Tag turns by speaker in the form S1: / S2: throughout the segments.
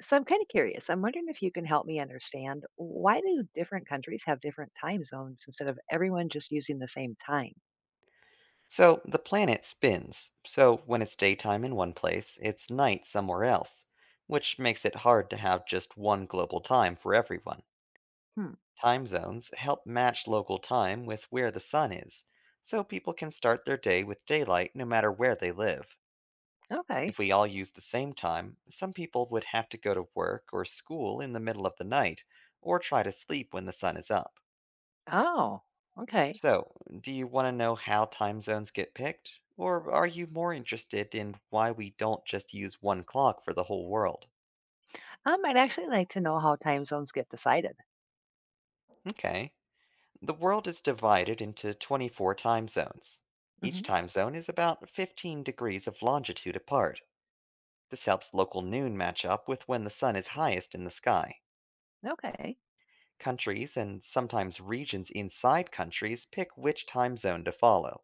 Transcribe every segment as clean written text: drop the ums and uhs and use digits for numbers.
S1: So I'm kind of curious. I'm wondering if you can help me understand why do different countries have different time zones instead of everyone just using the same time?
S2: So the planet spins, so when it's daytime in one place, it's night somewhere else, which makes it hard to have just one global time for everyone.
S1: Hmm.
S2: Time zones help match local time with where the sun is, so people can start their day with daylight no matter where they live.
S1: Okay.
S2: If we all use the same time, some people would have to go to work or school in the middle of the night, or try to sleep when the sun is up.
S1: Oh, okay.
S2: So, do you want to know how time zones get picked? Or are you more interested in why we don't just use one clock for the whole world?
S1: I'd actually like to know how time zones get decided.
S2: Okay. The world is divided into 24 time zones. Each
S1: Hmm.
S2: time zone is about 15 degrees of longitude apart. This helps local noon match up with when the sun is highest in the sky.
S1: Okay.
S2: Countries and sometimes regions inside countries pick which time zone to follow.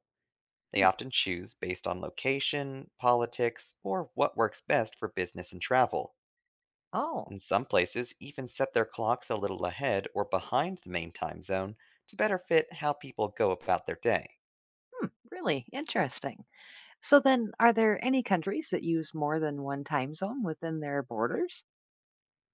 S2: They
S1: Hmm.
S2: often choose based on location, politics, or what works best for business and travel.
S1: Oh,
S2: And some places even set their clocks a little ahead or behind the main time zone to better fit how people go about their day.
S1: hmm. Really interesting. So then, are there any countries that use more than one time zone within their borders?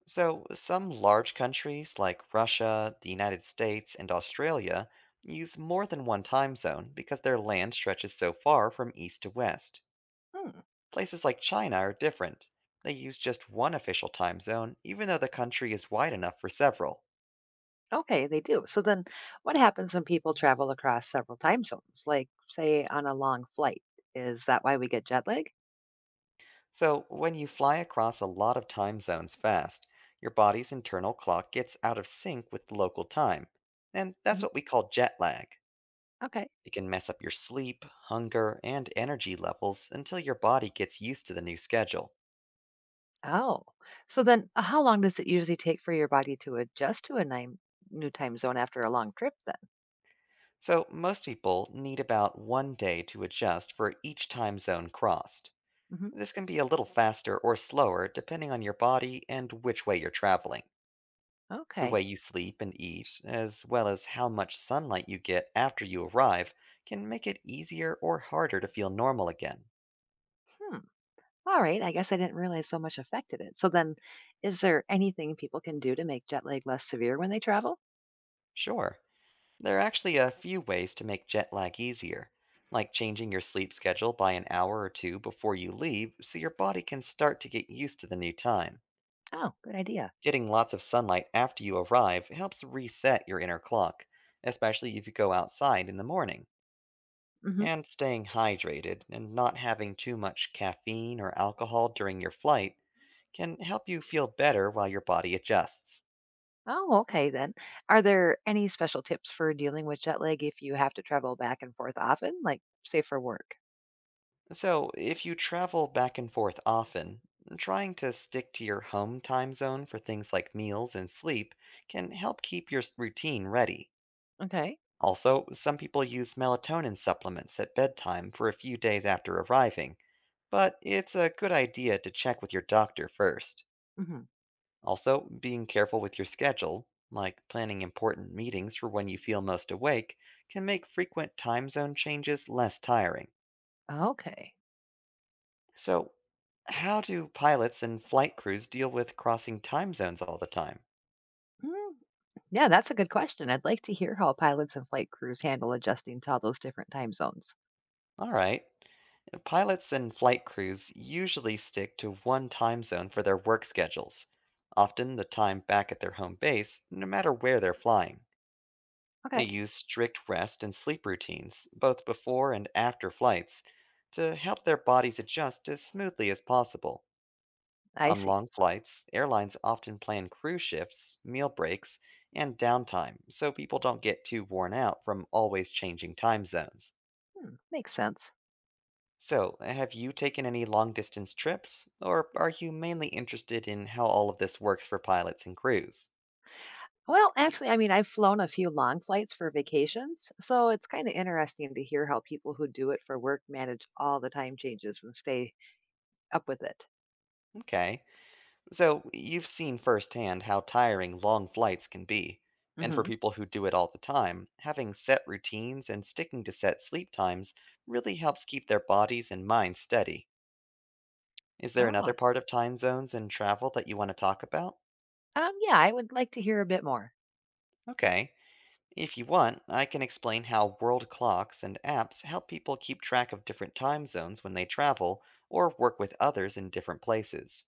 S2: So, some large countries like Russia, the United States, and Australia use more than one time zone because their land stretches so far from east to west.
S1: Hmm.
S2: Places like China are different. They use just one official time zone, even though the country is wide enough for several.
S1: Okay, they do. So then what happens when people travel across several time zones, like say on a long flight? Is that why we get jet lag?
S2: So, when you fly across a lot of time zones fast, your body's internal clock gets out of sync with local time, and that's
S1: Mhm.
S2: what we call jet lag.
S1: Okay.
S2: It can mess up your sleep, hunger, and energy levels until your body gets used to the new schedule.
S1: Oh. So then how long does it usually take for your body to adjust to a new time zone after a long trip then?
S2: So, most people need about 1 day to adjust for each time zone crossed.
S1: Mhm.
S2: This can be a little faster or slower depending on your body and which way you're traveling. The
S1: Okay.
S2: way you sleep and eat, as well as how much sunlight you get after you arrive, can make it easier or harder to feel normal again.
S1: Hmm. All right. I guess I didn't realize so much affected it. So then is there anything people can do to make jet lag less severe when they travel?
S2: Sure, there are actually a few ways to make jet lag easier, like changing your sleep schedule by an hour or two before you leave so your body can start to get used to the new time.
S1: Oh, good idea.
S2: Getting lots of sunlight after you arrive helps reset your inner clock, especially if you go outside in the morning,
S1: Mhm.
S2: and staying hydrated and not having too much caffeine or alcohol during your flight can help you feel better while your body adjusts.
S1: Oh, okay then. Are there any special tips for dealing with jet lag if you have to travel back and forth often, like say for work?
S2: So, if you travel back and forth often, trying to stick to your home time zone for things like meals and sleep can help keep your routine ready.
S1: Okay.
S2: Also, some people use melatonin supplements at bedtime for a few days after arriving, but it's a good idea to check with your doctor first.
S1: Hmm.
S2: Also, being careful with your schedule, like planning important meetings for when you feel most awake, can make frequent time zone changes less tiring.
S1: Okay.
S2: So, how do pilots and flight crews deal with crossing time zones all the time?
S1: Mm, yeah, that's a good question. I'd like to hear how pilots and flight crews handle adjusting to all those different time zones.
S2: All right. Pilots and flight crews usually stick to one time zone for their work schedules, often the time back at their home base, no matter where they're flying. They
S1: Okay,
S2: use strict rest and sleep routines, both before and after flights, to help their bodies adjust as smoothly as possible.
S1: I
S2: On
S1: see.
S2: long flights, airlines often plan crew shifts, meal breaks, and downtime so people don't get too worn out from always changing time zones.
S1: Hmm, makes sense.
S2: So, have you taken any long distance trips, or are you mainly interested in how all of this works for pilots and crews?
S1: Well, actually, I mean, I've flown a few long flights for vacations, so it's kind of interesting to hear how people who do it for work manage all the time changes and stay up with it.
S2: Okay. So, you've seen firsthand how tiring long flights can be, and for
S1: Mm-hmm.
S2: people who do it all the time, having set routines and sticking to set sleep times really helps keep their bodies and minds steady. Is there another part of time zones and travel that you want to talk about?
S1: Yeah, I would like to hear a bit more.
S2: Okay. If you want, I can explain how world clocks and apps help people keep track of different time zones when they travel or work with others in different places.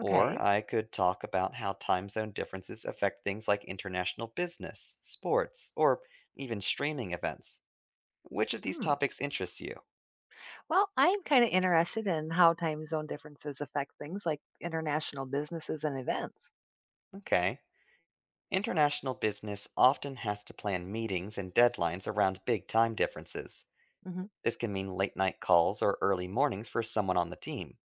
S2: Or
S1: Okay.
S2: I could talk about how time zone differences affect things like international business, sports, or even streaming events. Which of these
S1: Hmm.
S2: topics interests you?
S1: Well, I am kind of interested in how time zone differences affect things like international businesses and events.
S2: Okay. International business often has to plan meetings and deadlines around big time differences.
S1: Hmm.
S2: This can mean late night calls or early mornings for someone on the team.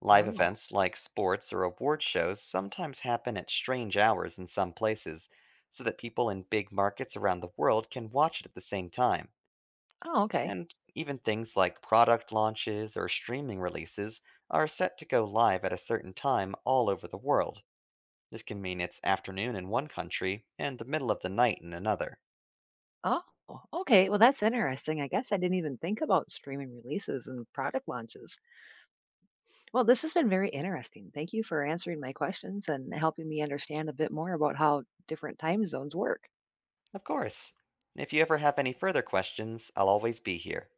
S2: Live
S1: Oh.
S2: events like sports or award shows sometimes happen at strange hours in some places, so that people in big markets around the world can watch it at the same time.
S1: Oh, okay.
S2: And even things like product launches or streaming releases are set to go live at a certain time all over the world. This can mean it's afternoon in one country and the middle of the night in another.
S1: Oh, okay. Well, that's interesting. I guess I didn't even think about streaming releases and product launches. Well, this has been very interesting. Thank you for answering my questions and helping me understand a bit more about how different time zones work.
S2: Of course. If you ever have any further questions, I'll always be here.